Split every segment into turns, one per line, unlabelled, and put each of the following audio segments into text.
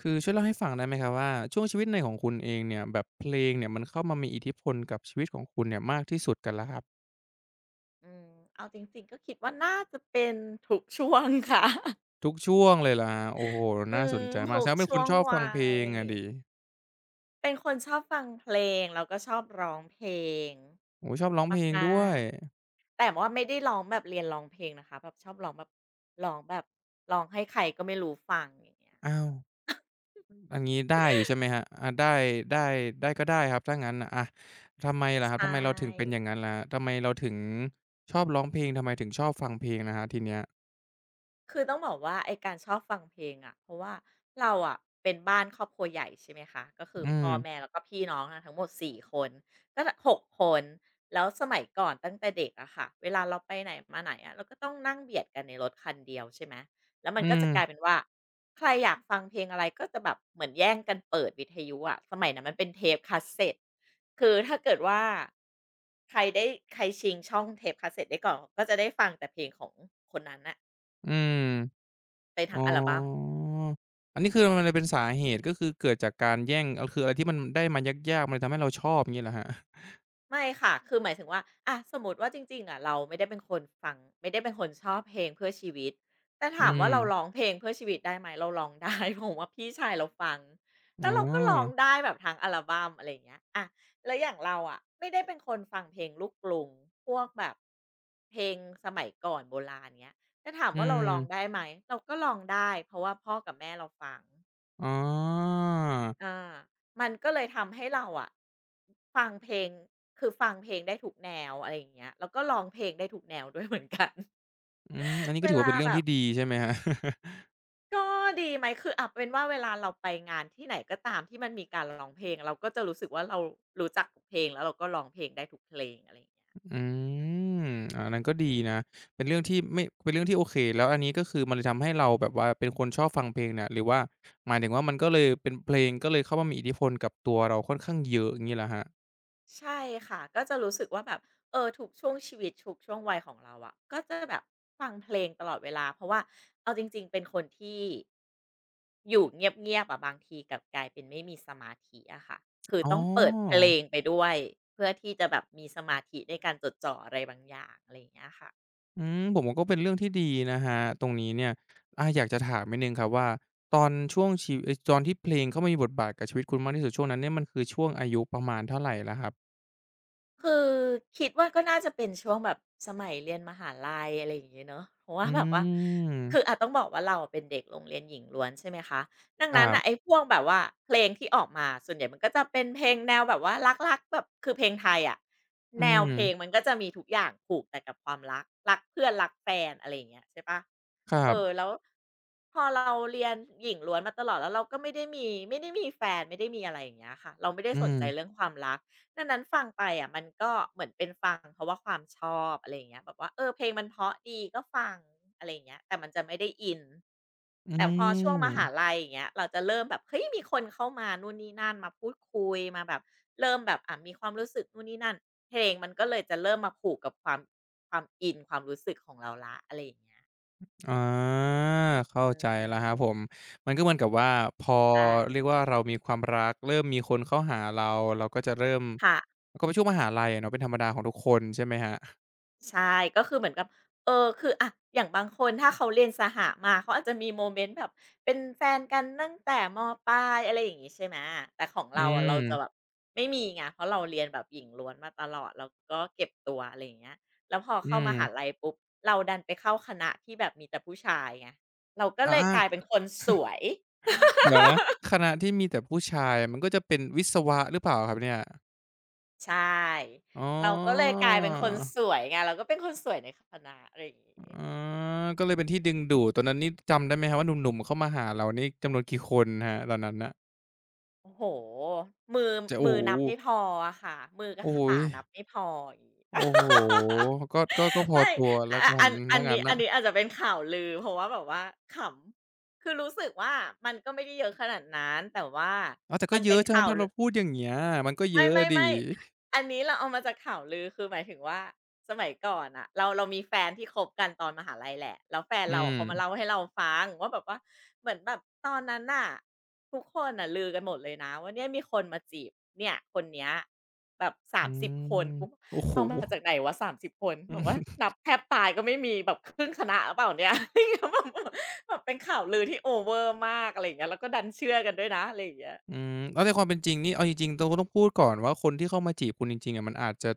คือช่วยเล่าให้ฟังได้ไหมครับว่าช่วงชีวิตในของคุณเองเนี่ยแบบเพลงเนี่ยมันเข้ามามีอิทธิพลกับชีวิตของคุณเนี่ยมากที่สุดกันแล้วครับ
อืมเอาจริงๆก็คิดว่าน่าจะเป็นทุกช่วงค่ะ
ทุกช่วงเลยเหรอครโอ้โฮ
อื
น่าส
ม
นใจมา
ทุ
กแส
ก
ดงว่าเป็น
ช่
ค
ว
น
ง
ชอบฟั
วั
งเพล
ย
งอะสิ
เป็นคนชอบฟังเพลงแล้วก็ชอบร้องเพลง
โอ้โฮชอบร้องเพลง
มา
ด้วย
กๆแต่ว่าไม่ได้ร้องแบบเรียนร้องเพลงนะคะแบบชอบร้องแบบร้องแบบร้องให้ใครก็ไม่รู้ฟังอย่างเงี้ย
อ้าวอันนี้ได้อยู่ใช่ไหมครับอาได้ได้ได้ก็ได้ครับถ้างั้นน่ะอะทำไมล่ะครับ
ใช่
ทำไมเราถึงเป็นอย่างงั้นล่ะครับทำไมเราถึงชอบร้องเพลงทำไมถึงชอบฟังเพลงล่ะครับทีเนี้ย
คือต้องบอกว่าไอการชอบฟังเพลงอะเพราะว่าเราอะเป็นบ้านครอบครัวใหญ่ใช่ไหมคะก็คือ
อื
พ่
ม
อแม่แล้วก็พี่น้องอะทั้งหมดสี่คนก็จะคนแล้วสมัยก่อนตั้งแต่เด็กอะค่ะเวลาเราไปไหนมาไหนอะเราก็ต้องนั่งเบียดกันในรถคันเดียวใช่ไหมแล้วมัน
อื
ก็
ม
จะกลายเป็นว่าใครอยากฟังเพลงอะไรก็จะแบบเหมือนแย่งกันเปิดวิทยุอะสมัยนั้นมันเป็นเทปคาสเซตคือถ้าเกิดว่าใครได้ใครชิงช่องเทปคาสเซตได้ก่อนก็จะได้ฟังแต่เพลงของคนนั้นนะ
อืม
ไปทั้
อ๋
ง
อ
อัลบัม
อันนี้คือมันเลยเป็นสาเหตุก็คือเกิดจากการแย่งเอาคืออะไรที่มันได้มายากๆมันเลยทำให้เราชอบอย่างงี้เหรอครับ
ไม่ค่ะคือหมายถึงว่าอ่ะสมมติว่าจริงๆอะเราไม่ได้เป็นคนฟังไม่ได้เป็นคนชอบเพลงเพื่อชีวิตแต่
อื
ถามว่า
ม
เราร้องเพลงเพื่อชีวิตได้ไหมเราร้องได้ เพราะว่าพี่ชายเราฟังแล้
อ๋
วเราก็ร้อง
อ
ได้แบบทั้งอัลบัมอะไรอย่างเงี้ยอะแล้วอย่างเราอะไม่ได้เป็นคนฟังเพลงลูกกรุงพวกแบบเพลงสมัยก่อนโบราณเงี้ยแต่ถาม
อื
ว่าเรา
ม
ร้องได้ไหมเราก็ร้องได้เพราะว่าพ่อกับแม่เราฟัง
อ๋อ
อามันก็เลยทำให้เราอะฟังเพลงคือฟังเพลงได้ทุกแนวอะไรอย่างเงี้ยแล้วก็ร้องเพลงได้ทุกแนวด้วยเหมือนกัน
อืมอันนี้ ก็
เว
ถือว่า
ลา
เป็นเรื่อ
แบ
ง
บ
ที่ดีใช่ไหมครับ
ก็ดีไหมคืออ่ะเป็นว่าเวลาเราไปงานที่ไหนก็ตามที่มันมีการร้องเพลงเราก็จะรู้สึกว่าเรารู้จักทุกเพลงแล้วเราก็ร้องเพลงได้ทุกเพลงอะไรอย่างเงี้ย
อืมอาอันนั้นก็ดีนะเป็นเรื่องที่ไม่เป็นเรื่องที่โอเคแล้วอันนี้ก็คือมันเลยทำให้เราแบบว่าเป็นคนชอบฟังเพลงเนี่ยหรือว่าหมายถึงว่ามันก็เลยเป็นเพลงก็เลยเข้ามามีอิทธิพลกับตัวเราค่อนข้างเยอะอย่างงี้เหรอครับ
ใช่ค่ะก็จะรู้สึกว่าแบบเออทุกช่วงชีวิตทุกช่วงวัยของเราอะก็จะแบบฟังเพลงตลอดเวลาเพราะว่าเอาจริงๆเป็นคนที่อยู่เงียบๆอะบางทีกลับกลายเป็นไม่มีสมาธิอะค่ะคือ
อ๋อ
ต้องเปิดเพลงไปด้วยเพื่อที่จะแบบมีสมาธิในการจดจ่ออะไรบางอย่างอะไรอย่างเงี้ยค่ะ
อืมผมว่าก็เป็นเรื่องที่ดีนะครับตรงนี้เนี่ยอาอยากจะถามนิดหนึ่งครับว่าตอนช่วงชีเอ๊ยตอนที่เพลงเข้ามามีบทบาทกับชีวิตคุณมากที่สุดช่วงนั้นเนี่ยมันคือช่วงอายุประมาณเท่าไรล้ครับ
คือคิดว่าก็น่าจะเป็นช่วงแบบสมัยเรียนมหาลัยอะไรอย่างเงี้ยเนอะเพราะว่า
อื
แบ
ม
บว่าคืออาจต้องบอกว่าเราอะเป็นเด็กโรงเรียนหญิงล้วนใช่ไหมคะดัง
ครั
นั้นอ่ะไอ้
บ
พวกแบบว่าเพลงที่ออกมาส่วนใหญ่มันก็จะเป็นเพลงแนวแบบว่ารักๆแบบคือเพลงไทยอะ
อื
แนวเพลง
ม
มันก็จะมีทุกอย่างผูกแต่กับความรักรักเพื่อนรักแฟนอะไรอย่างเงี้ยใช่ปะ
ครั
เออ
บ
แล้วพอเราเรียนหญิงล้วนมาตลอดแล้วเราก็ไม่ได้มีแฟนไม่ได้มีอะไรอย่างเงี้ยค่ะเราไม่ได้
อื
ส
ม
นใจเรื่องความรัก ดังนั้นฟังไปอะมันก็เหมือนเป็นฟังเพราะว่าความชอบอะไรอย่างเงี้ยแบบว่าเออเพลงมันเพราะดีก็ฟังอะไรอย่างเงี้ยแต่มันจะไม่ได้อิน
อื
แต่พอช่วงมหา
ม
ลัยอย่างเงี้ยเราจะเริ่มแบบเฮ้ยมีคนเข้ามานู่นนี่นั่นมาพูดคุยมาแบบเริ่มแบบมีความรู้สึกนู่นนี่นั่นเพลงมันก็เลยจะเริ่มมาผูกกับความอินความรู้สึกของเราแล้วอะไรอย่างเงี้ย
อา
อื
เข้าใจแล้วครับ
ม
ผมมันก็เหมือนกับว่าพอ
ใช่
เรียกว่าเรามีความรักเริ่มมีคนเข้าหาเราเราก็จะเริ่ม
ค่ะ
ก็เป็นช่วงมหาลัยอะเนาะเป็นธรรมดาของทุกคนใช่ไหมครับ
ใช่ก็คือเหมือนกับเออคืออะอย่างบางคนถ้าเขาเรียนสหมาเขาอาจจะมีโมเมนต์แบบเป็นแฟนกันตั้งแต่มปลายอะไรอย่างงี้ใช่ไหมแต่ของ
อื
เราอะเราจะแบบ
ม
ไม่มีไงเพราะเราเรียนแบบหญิงล้วนมาตลอดแล้วก็เก็บตัวอะไรอย่างเงี้ยแล้วพอ
อื
เข้ามหาลั
ม
ยปุ๊บเราดันไปเข้าคณะที่แบบมีแต่ผู้ชายไงเราก็เลยก
อา
ลายเป็นคนสวย
เดี๋ยวนะคณะที่มีแต่ผู้ชายมันก็จะเป็นวิศวะหรือเปล่าครับเนี่ย
ใช่
อ๋
เราก็เลย
อ
กลายเป็นคนสวยไงเราก็เป็นคนสวยในคณะอะไรอย่างงี้
อ๋อก็เลยเป็นที่ดึงดูดตอนนั้นนี่จำได้ไหมครับว่าหนุ่มๆเข้ามาหาเรานี่จำนวนกี่คนครับตอนนั้นน่ะ
โอ้โห มือ
จะ
มื
โอ้
อนับ
โฮ
ไม่พออะค่ะ มือกับ
โอ้
ข
โฮ
านับไม่พออย่างงี้
โอ้โฮ ก็ก็ก็พอ
ไม่
ตัวแล้ว
อะ
กั
อั
น
นอั
ถ้า
น
งั้
นี้
น
อั
น่ะ
นนี้อาจจะเป็นข่าวลือ เพราะว่าแบบว่าขำคือรู้สึกว่ามันก็ไม่ได้เยอะขนาดนั้น แต่ว่า
อ้าวแต่ก็
มัน
เย
เป็
อะ
น
ใช่ไหม
ข่าว
ถ้า
ล
เราพูดอย่างเงี้ยมันก็
ไ
เยอะอะสิ
ม่ๆๆอันนี้เราเอามาจากข่าวลือคือหมายถึงว่าสมัยก่อนอะเรามีแฟนที่คบกันตอนมหาลัยแหละแล้วแฟน
อื
เราอะเขา
ม
มาเล่าให้เราฟังว่าแบบว่าเหมือนแบบตอนนั้นน่ะทุกคนน่ะลือกันหมดเลยนะว่าเนี่ยมีคนมาจีบเนี่ยคนเนี้ยแบบ
อื
30คน
ม
กูก็
โอ้โฮ
เอามาจากไหนวะสามสิบคน
อื
บอกว่า
ม
นับแทบตายก็ไม่มีแบบครึ่งคณะหรือเปล่าเนี่ยา้ ยแบบแบบเป็นข่าวลือที่โอเวอร์มากอะไรอย่างเงี้ยแล้วก็ดันเชื่อกันด้วยนะอะไรอย่างเงี้ย
อืมแล้วในความเป็นจริงนี่เอาจริงๆเราก็ต้องพูดก่อนว่าคนที่เข้ามาจีบคุณจริงๆอะมันอาจจะ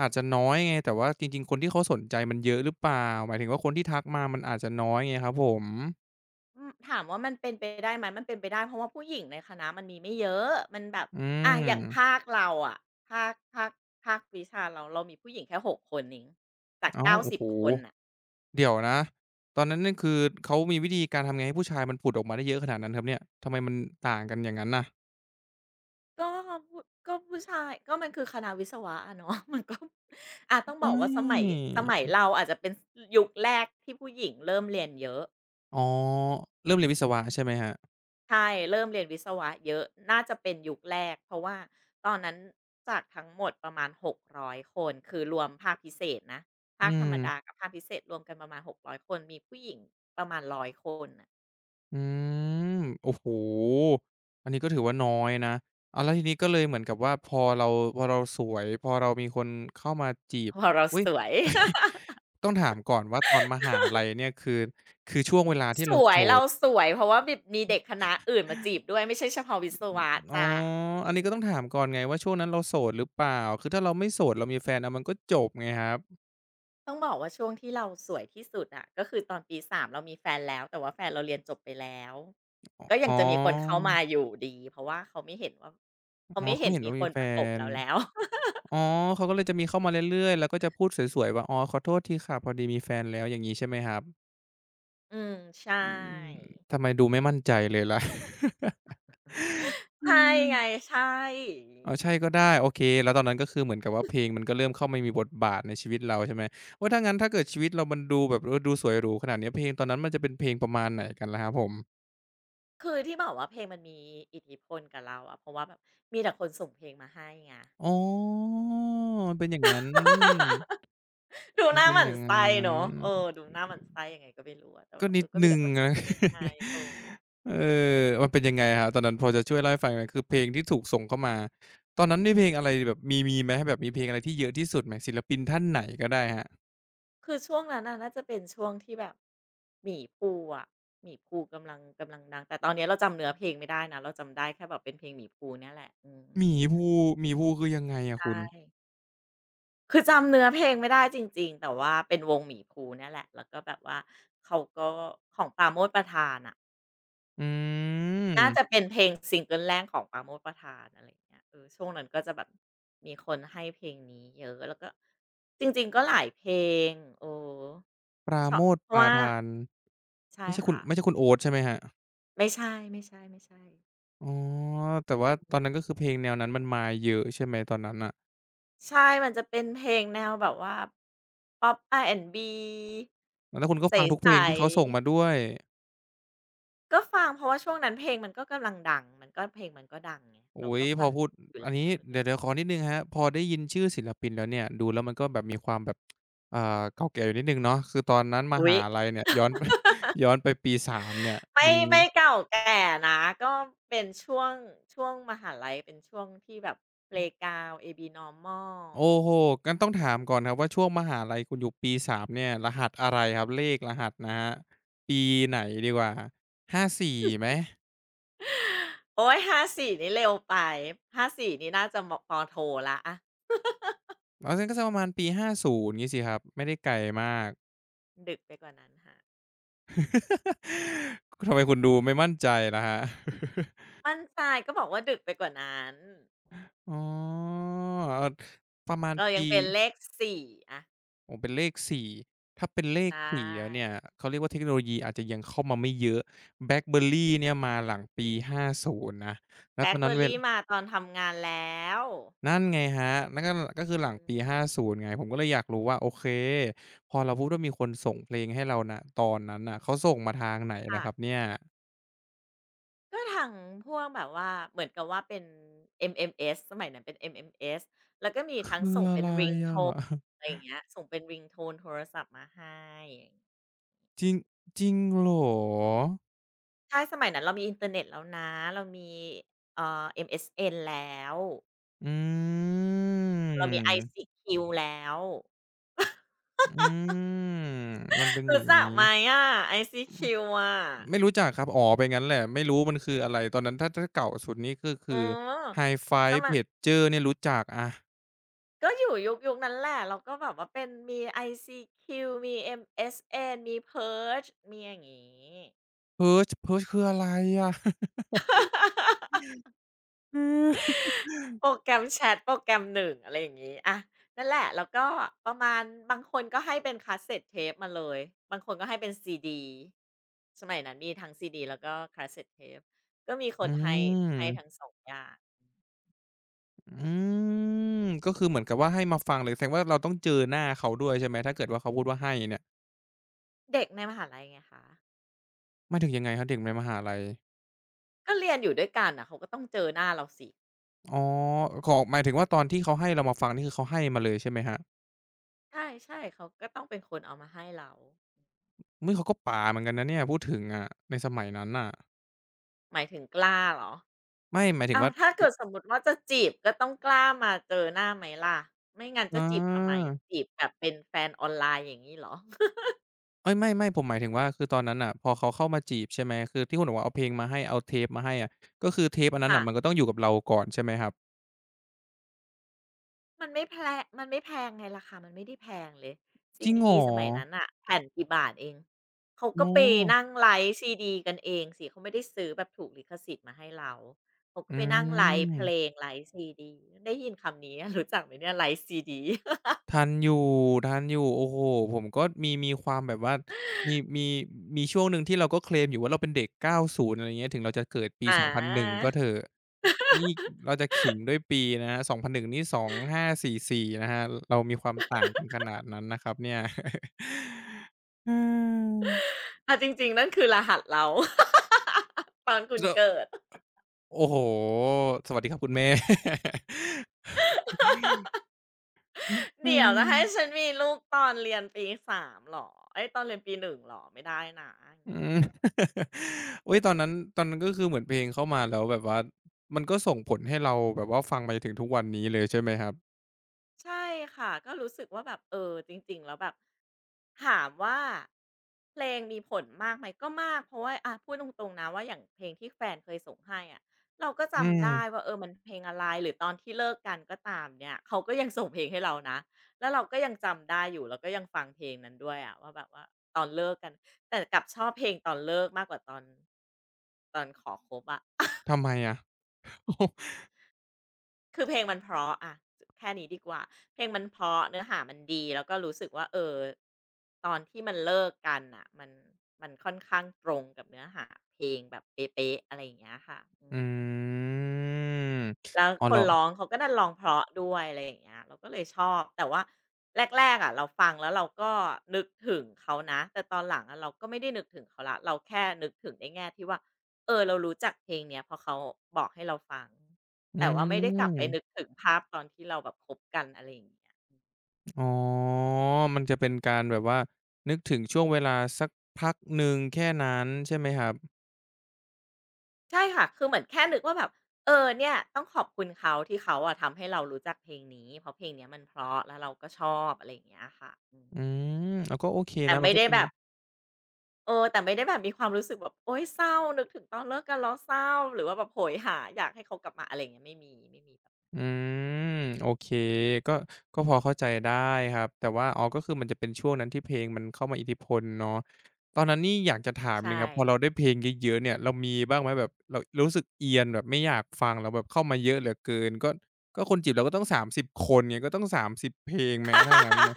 อาจจะน้อยไงแต่ว่าจริงๆคนที่เขาสนใจมันเยอะหรือเปล่าหมายถึงว่าคนที่ทักมามันอาจจะน้อยไงครับผม
อืมถามว่ามันเป็นไปได้ไหมมันเป็นไปได้เพราะว่าผู้หญิงในคณะมันมีไม่เยอะมันแบบ
อื
อาอย่างภา
ม
คเราอะภาคภาคภาควิชาเรามีผู้หญิงแค่หกคนเองจาก
อ้าว
เก้า
โอ้
สิบ
โฮ
คนน่ะ
เดี๋ยวนะตอนนั้นเนี่ยคือเขามีวิธีการทำไงให้ผู้ชายมันผุดออกมาได้เยอะขนาดนั้นครับเนี่ยทำไมมันต่างกันอย่างงั้นน่ะ
ก็ผู้ก็ผู้ชายก็มันคือคณะวิศวะอะเนาะ มันก็อาต้อง
ไม
บอกว่าสมัย
่
สมัยเราอาจจะเป็นสยุคแรกที่ผู้หญิงเริ่มเรียนเยอะ
อ๋อเริ่มเรียนวิศวะใช่ไหมครับ
ใช่เริ่มเรียนวิศวะเยอะ น่าจะเป็นยุคแรก เพราะว่าตอนนั้นจากทั้งหมดประมาณ600คน คือรวมภาคพิเศษนะภา
อื
คธรร
ม
มดากับภาคพิเศษรวมกันประมาณ6อยคน มีผู้หญิงประมาณ100คนน่ะ
อืมโอ้โฮ
อืม
อันนี้ก็ถือว่าน้อยนะอ้าวแล้วทีนี้ก็เลยเหมือนกับว่าพอเราสวยพอเรามีคนเข้ามาจี
เพ
บ
ราะเรา
อุ๊ย
สวย
ต้องถามก่อนว่าตอนมหาลัยเนี่ยคือคือช่วงเวลาที่
ส
เรา
ว
โส
ยเรา
ด
สวยเพราะว่าแบบมีเด็กคณะอื่นมาจีบด้วย ไม่ใช่เฉพาะวิศวะ
อ๋อ
จ้ะอื
อัน
ม
นี้ก็ต้องถามก่อนไงว่าช่วงนั้นเราโสดหรือเปล่าคือถ้าเราไม่โสดเรามีแฟนอะมันก็จบไงครับ
ต้องบอกว่าช่วงที่เราสวยที่สุดอะก็คือตอนปี3เรามีแฟนแล้วแต่ว่าแฟนเราเรียนจบไปแล้วก็ยั
อ๋
งจะมีคนเข้า
อ
มาอยู่ดีเพราะว่าเขาไม่เห็นว่า
อ๋อ
เขาไม่
เขา
เห็น
ไม่เห็น
มี
ว่า
ค
มี
น
แฟ
ประกบ
น
เราแล้ว
อ๋อเขาก็เลยจะมีเข้ามาเรื่อยๆแล้วก็จะพูดสวยๆว่าอ๋อขอโทษทีค่ะพอดีมีแฟนแล้วอย่างงี้ใช่ไหมครับ
อืมใช
อืม
่
ทำไมดูไม่มั่นใจเลยล่ะ อื
ใช่
ม
ไงใช่
อ๋อใช่ก็ได้โอเคแล้วตอนนั้นก็คือเหมือนกับว่าเพลงมันก็เริ่มเข้ามามีบทบาทในชีวิตเราใช่ไหมว่าถ้างั้นถ้าเกิดชีวิตเรามันดูแบบเออดูสวยหรูขนาดนี้เพลงตอนนั้นมันจะเป็นเพลงประมาณไหนกันล่ะครับผม
คือที่บอกว่าเพลงมันมีอิทธิพลกับเราอะเพราะว่าแบบมีแต่คนส่งเพลงมาให้ไง
อ๋อมันเป็นอย่างนั้น
ดู
มั
ห
น
น้า
เป็
ห
น
มั่
อ
น
ย่าง
ไส้
นั้น
เนาะเออดูหน้าหมั่นไส้ยังไงก็ไม่รู้อะแต่
ก็
ว่าเอ
นิ
อ
ด
ก็
ห
มีแต่
นึ่ง
คนส่ง
นะ
เพลงมาให้เออ
เออมันเป็นยังไงครับตอนนั้นพอจะช่วยเล่าให้ฟังไหนคือเพลงที่ถูกส่งเข้ามา ตอนนั้นมีเพลงอะไรแบบมีไหมแบบมีเพลงอะไรที่เยอะที่สุดไหมศิลปินท่านไหนก็ได้ครับ
คือช่วงนั้นน่ะน่าจะเป็นช่วงที่แบบหมี่ภูอะหมี่ภูกำลังดังแต่ตอนเนี้ยเราจำเนื้อเพลงไม่ได้นะเราจำได้แค่แบบเป็นเพลงหมี่ภูเนี่ยแหละอืม
หมีภูหมีภูคือยังไงอะคุณ
ใช่คือจำเนื้อเพลงไม่ได้จริงๆแต่ว่าเป็นวงหมี่ภูเนี่ยแหละแล้วก็แบบว่าเขาก็ของปราโมชประธานน่ะ
อื
น่าจะ
ม
เป็นเพลงซิงเกิลแรกของปราโมชประธานอะไรอย่างเงี้ยเออช่วงนั้นก็จะแบบมีคนให้เพลงนี้เยอะแล้วก็จริงๆก็หลายเพลงเออ
ปรา
ช
โมช
เพ
ป
ราะ
รา
ว่า
ทาน
ใช่
ไม่ใช่คุณ
ค่ะ
ไม่ใช่คุณโอ๊ตใช่ไหมฮะ
ไม่ใช่
อ๋อแต่ว่าตอนนั้นก็คือเพลงแนวนั้นมันมาเยอะใช่ไหมตอนนั้นอะ
ใช่ มันจะเป็นเพลงแนวแบบว่าป๊อปอาร์แอนด์บ b
แล้วคุณก็ฟังทุก
ใส
เพ
ๆ
ลงที่เขาส่งมาด้วย
ก็ฟังเพราะว่าช่วงนั้นเพลงมันก็กำลังดังมันก็เพลงมันก็ดังไง
อุ๊
เราก็
ยพอ
ฟัง
พูด
อยู่
อันนี้
แล้วอะไร
เดี๋ยวขอนิดหนึ่งครับพอได้ยินชื่อศิลปินแล้วเนี่ยดูแล้วมันก็แบบมีความแบบอ่าเก่าแก่อยู่นิดหนึ่งเนาะคือตอนนั้นม
อุ๊
หา
ย
ลัยเนี่ยย้อน ไปย้อนไปปี3เนี่ย
ไม่
มัน
ไม่เก่าแก่นะก็เป็นช่วงมหาลัยเป็นช่วงที่แบบ Playground Abnormal
โอ้โฮงั้นต้องถามก่อนครับว่าช่วงมหาลัยคุณอยู่ปี3เนี่ยรหัสอะไรครับเลขรหัสนะครับปีไหนดีกว่าห้าสี่ไหม
โอ๊ยห้าสี่นี่เร็วไปหาสี่นี่น่าจะมปโทแล้วอะ
อ๋องั้นก็สักประมาณปี50งี้สิครับไม่ได้ไกลมาก
ดึกไปกว่านั้นค่ะ
ทำไมคุณดูไม่มั่นใจล่ะครับ
มั่นใจก็บอกว่าดึกไปกว่านั้น
อ๋อเอ่อประมาณ
เรายั
ปี
งเป็นเลขสี่อะ
โอ้เป็นเลข4ถ้าเป็นเล
ใช
ข4แล้วเนี่ย
่
เขาเรียกว่าเทคโนโลยีอาจจะยังเข้ามาไม่เยอะ BlackBerry เนี่ยมาหลังปี50นย์นะ
แบ
แล้ว
ล็
ตอ
ค
น
เบ
นั้
อ
น
ร์
เว
รี่มาตอนทำงานแล้ว
นั่นไงครับนั่นก็คือหลัง
อืม
ปี50ไงผมก็เลยอยากรู้ว่าโอเคพอเราพูดว่ามีคนส่งเพลงให้เราณตอนนั้นน่ะเขาส่งมาทางไหนล่ะ
ค่ะ
ครับเนี่ย
ก็ทางพวกแบบว่าเหมือนกับว่าเป็น MMS สมัยนั้นเป็น MMS
คืออะไรอะ
อะไรอย่างเงี้ยส่งเป็นริงโทนโทรศัพท์มาให้
จริงจริงเหรอ
ใช่สมัยนั้นเรามีอินเทอร์เน็ตแล้วนะเรามีเอ่อ MSN แล้ว
อืม
เรามี ICQ แล้ว
อืมมันเป็นอ
รู้
ย่าง
จัก
งี้
ไหมอะ ICQ อะ
ไม่รู้จักครับอ๋อเป็นงั้นแหละไม่รู้มันคืออะไร ตอนนั้นถ้าเก่าสุดนี่ก็
อ๋อ
คือ Hi-Fi
สมัคร
Pager เนี่ยรู้จักอา
ก็อยู่ยุคนั้นแหละเราก็แบบว่าเป็นมี ICQ มี MSN มี Purge มีอย่างงี้
Purge Purge คืออะไรอะ เออ
โปรแกรมแชตโปรแกรมหนึ่งอะไรอย่างงี้อะนั่นแหละแล้วก็ประมาณบางคนก็ให้เป็นคาสเซตเทปมาเลยบางคนก็ให้เป็นซีดีสมัยนั้นมีทั้งซีดีแล้วก็คาสเซตเทปก็มีค
อื
นให้ให้ทั้ง
ม
สองอย่าง
อืมก็คือเหมือนกับว่าให้มาฟังเลยแสดงว่าเราต้องเจอหน้าเขาด้วยใช่ไหม ถ้าเกิดว่าเขาพูดว่าให้เนี่ย
เด็กในมหาลัยไงคะ
หมายถึงยังไงครับเด็กในมหาลัย
ก็เรียนอยู่ด้วยกันน่ะเขาก็ต้องเจอหน้าเราสิ
อ๋อขอหมายถึงว่าตอนที่เขาให้เรามาฟังนี่คือเขาให้มาเลยใช่ไหมครับ
ใช่ๆเขาก็ต้องเป็นคนเอามาให้เรา
อุ๊ยเขาก็ป๋าเหมือนกันนะเนี่ยพูดถึงอะในสมัยนั้นน่ะ
หมายถึงกล้าเหรอ
ไม่หมายถึง
อ้าว
ว่า
ถ้าเกิดสมมุติว่าจะจีบก็ต้องกล้ามาเจอหน้าไหมล่ะไม่งั้นจะ
อา
จีบทำไมจีบแบบเป็นแฟนออนไลน์อย่างงี้เหรอ
เอ๊ยไม่ๆผมหมายถึงว่าคือตอนนั้นน่ะพอเขาเข้ามาจีบใช่ไหมคือที่คุณบอกว่าเอาเพลงมาให้เอาเทปมาให้อะก็คือเทปอันนั้น
ค่ะ
น่ะมันก็ต้องอยู่กับเราก่อนใช่ไหมครับ
มันไม่แพลมันไม่แพงไงราคามันไม่ได้แพงเลยซี
จริงเหร
ดี
อ
สมัยนั้นน่ะแผ่นกี่บาทเองเขาก็
อ๋อ
ไปนั่งไลฟ์ซีดีกันเองสิเขาไม่ได้ซื้อแบบถูกลิขสิทธิ์มาให้เราเขาก็
อื
ไปนั่งไลฟ์เพลง
ม
ไลฟ์ซีดีได้ยินคำนี้ รู้จักไหมเนี่ยไลฟ์ซีดี
ทันอยู่ทันอยู่โอ้โฮผมก็มีความแบบว่ามีมีมีช่วงหนึ่งที่เราก็เคลมอยู่ว่าเราเป็นเด็ก90อะไรอย่างเงี้ยถึงเราจะเกิดปี
อา
2001ก็เถอะนี่เราจะขิงด้วยปีนะครับ2001นหนึ่งนี่2544นะครับเรามีความต่างกันขนาดนั้นนะครับเนี่ย อืม
อ่ะจริงๆนั่นคือรหัสเรา ตอนคุณ
แล้ว
เกิด
โอ้โฮสวัสดีครับคุณแม่ อื
เดี๋ยวจะให้ฉั
ม
นมีลูกตอนเรียนปี3เหรอเอ๊ยตอนเรียนปี1เหรอไม่ได้นะ
อืม อุ๊ยตอนนั้นตอนนั้นก็คือเหมือนเพลงเข้ามาแล้วแบบว่ามันก็ส่งผลให้เราแบบว่าฟังมาจนถึงทุกวันนี้เลยใช่ไหมครับ
ใช่ค่ะก็รู้สึกว่าแบบเออจริงๆแล้วแบบถามว่าเพลงมีผลมากไหมก็มากเพราะว่าอะพูดตรงๆนะว่าอย่างเพลงที่แฟนเคยส่งให้อะเราก็
อื
จำได้
ม
ว่าเออมันเพลงอะไรหรือตอนที่เลิกกันก็ตามเนี่ยเขาก็ยังส่งเพลงให้เรานะแล้วเราก็ยังจำได้อยู่แล้วก็ยังฟังเพลงนั้นด้วยอะว่าแบบว่าตอนเลิกกันแต่กลับชอบเพลงตอนเลิกมากกว่าตอนขอคบอะ
ทำไมอะ
คือเพลงมันเพราะอะแค่นี้ดีกว่าเพลงมันเพราะเนื้อหามันดีแล้วก็รู้สึกว่าเออตอนที่มันเลิกกันอะมันค่อนข้างตรงกับเนื้อหาเพลงแบบเป๊ะๆอะไรอย่างเงี้ยค่ะอื
อื
ม
ม
แล้ว
อ๋อ
คน
เรา
ร้องเขาก็ดันร้องเพราะด้วยอะไรอย่างเงี้ยเราก็เลยชอบแต่ว่าแรกๆอะเราฟังแล้วเราก็นึกถึงเขานะแต่ตอนหลังอะเราก็ไม่ได้นึกถึงเขาแล้วเราแค่นึกถึงในแง่ที่ว่าเออเรารู้จักเพลงเนี้ยเพราะเขาบอกให้เราฟัง
อื
แต่ว่าไม่ได้กลับไปนึก
ม
ถึงภาพตอนที่เราแบบคบกันอะไรอย่างเงี้ย
อ๋อมันจะเป็นการแบบว่านึกถึงช่วงเวลาสักพักหนึ่งแค่นั้นใช่ไหมครับ
ใช่ค่ะคือเหมือนแค่นึกว่าแบบเออเนี่ยต้องขอบคุณเขาที่เขาอะทำให้เรารู้จักเพลงนี้เพราะเพลงเนี้ยมันเพราะแล้วเราก็ชอบอะไรอย่างเงี้ยค่ะอืม
อืมอ้าวก็โอเค
แต่
นะมั
ไม่
นก็
ได้
เป็น
แบบ เออแต่ไม่ได้แบบมีความรู้สึกแบบโอ๊ยเศร้านึกถึงตอนเลิกกันแล้วเศร้าหรือว่าแบบโหยหาอยากให้เขากลับมาอะไรอย่างเงี้ยไม่มีไม่มีแบบ
อืมโอเคก็ก็พอเข้าใจได้ครับแต่ว่าอ๋อก็คือมันจะเป็นช่วงนั้นที่เพลงมันเข้ามาอิทธิพลเนาะตอนนั้นนี่อยากจะถามห
ใช่
นึ่งครับพอเราได้เพลงเยอะๆเนี่ยเรามีบ้างไหมแบบเรารู้สึกเอียนแบบไม่อยากฟังแล้วแบบเข้ามาเยอะเหลือเกินก็คนจีบเราก็ต้องสามสิบคนไงก็ต้องสามสิบเพลงไหมถ้างั้นนะ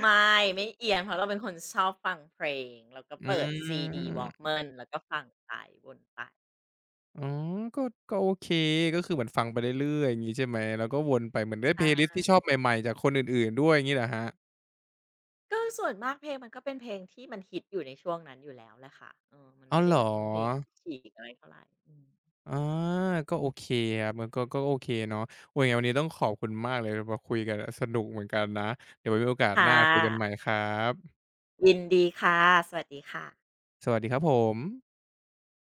ไม่ไม่เอียนเพราะเราเป็นคนชอบฟังเพลงแล้วก็
อื
เปิดซีดี
ม
Walkman แล้วก็ฟังไปวนไป
อ๋อก็ก็โอเคก็คือเหมือนฟังไปเรื่อยๆอย่างงี้ใช่ไหมแล้วก็วนไปเหมือนได้เพลย์ลิส
ใช่
ต์ที่ชอบใหม่ๆจากคนอื่นๆด้วยงี้เหรอครับ
ก็ส่วนมากเพลงมันก็เป็นเพลงที่มันฮิตอยู่ในช่วงนั้นอยู่แล้วแหละค่ะเออมัน
อ้า
ไม่
ว
ได้
เหร
แบ
อ
บเป็นเพลงที่ฉีกอะไรเท่าไรอืม
อาก็โอเคครับมันก็โอเคเนาะโอ้ยังไงวันนี้ต้องขอบคุณมากเลยมาคุยกันอะสนุกเหมือนกันนะ เดี๋ยวไว้มีโอกาส
ค่
หน้าคุยกันใหม่
ะ
ครับ
ยินดีค่ะสวัสดีค่ะ
สวัสดีครับผม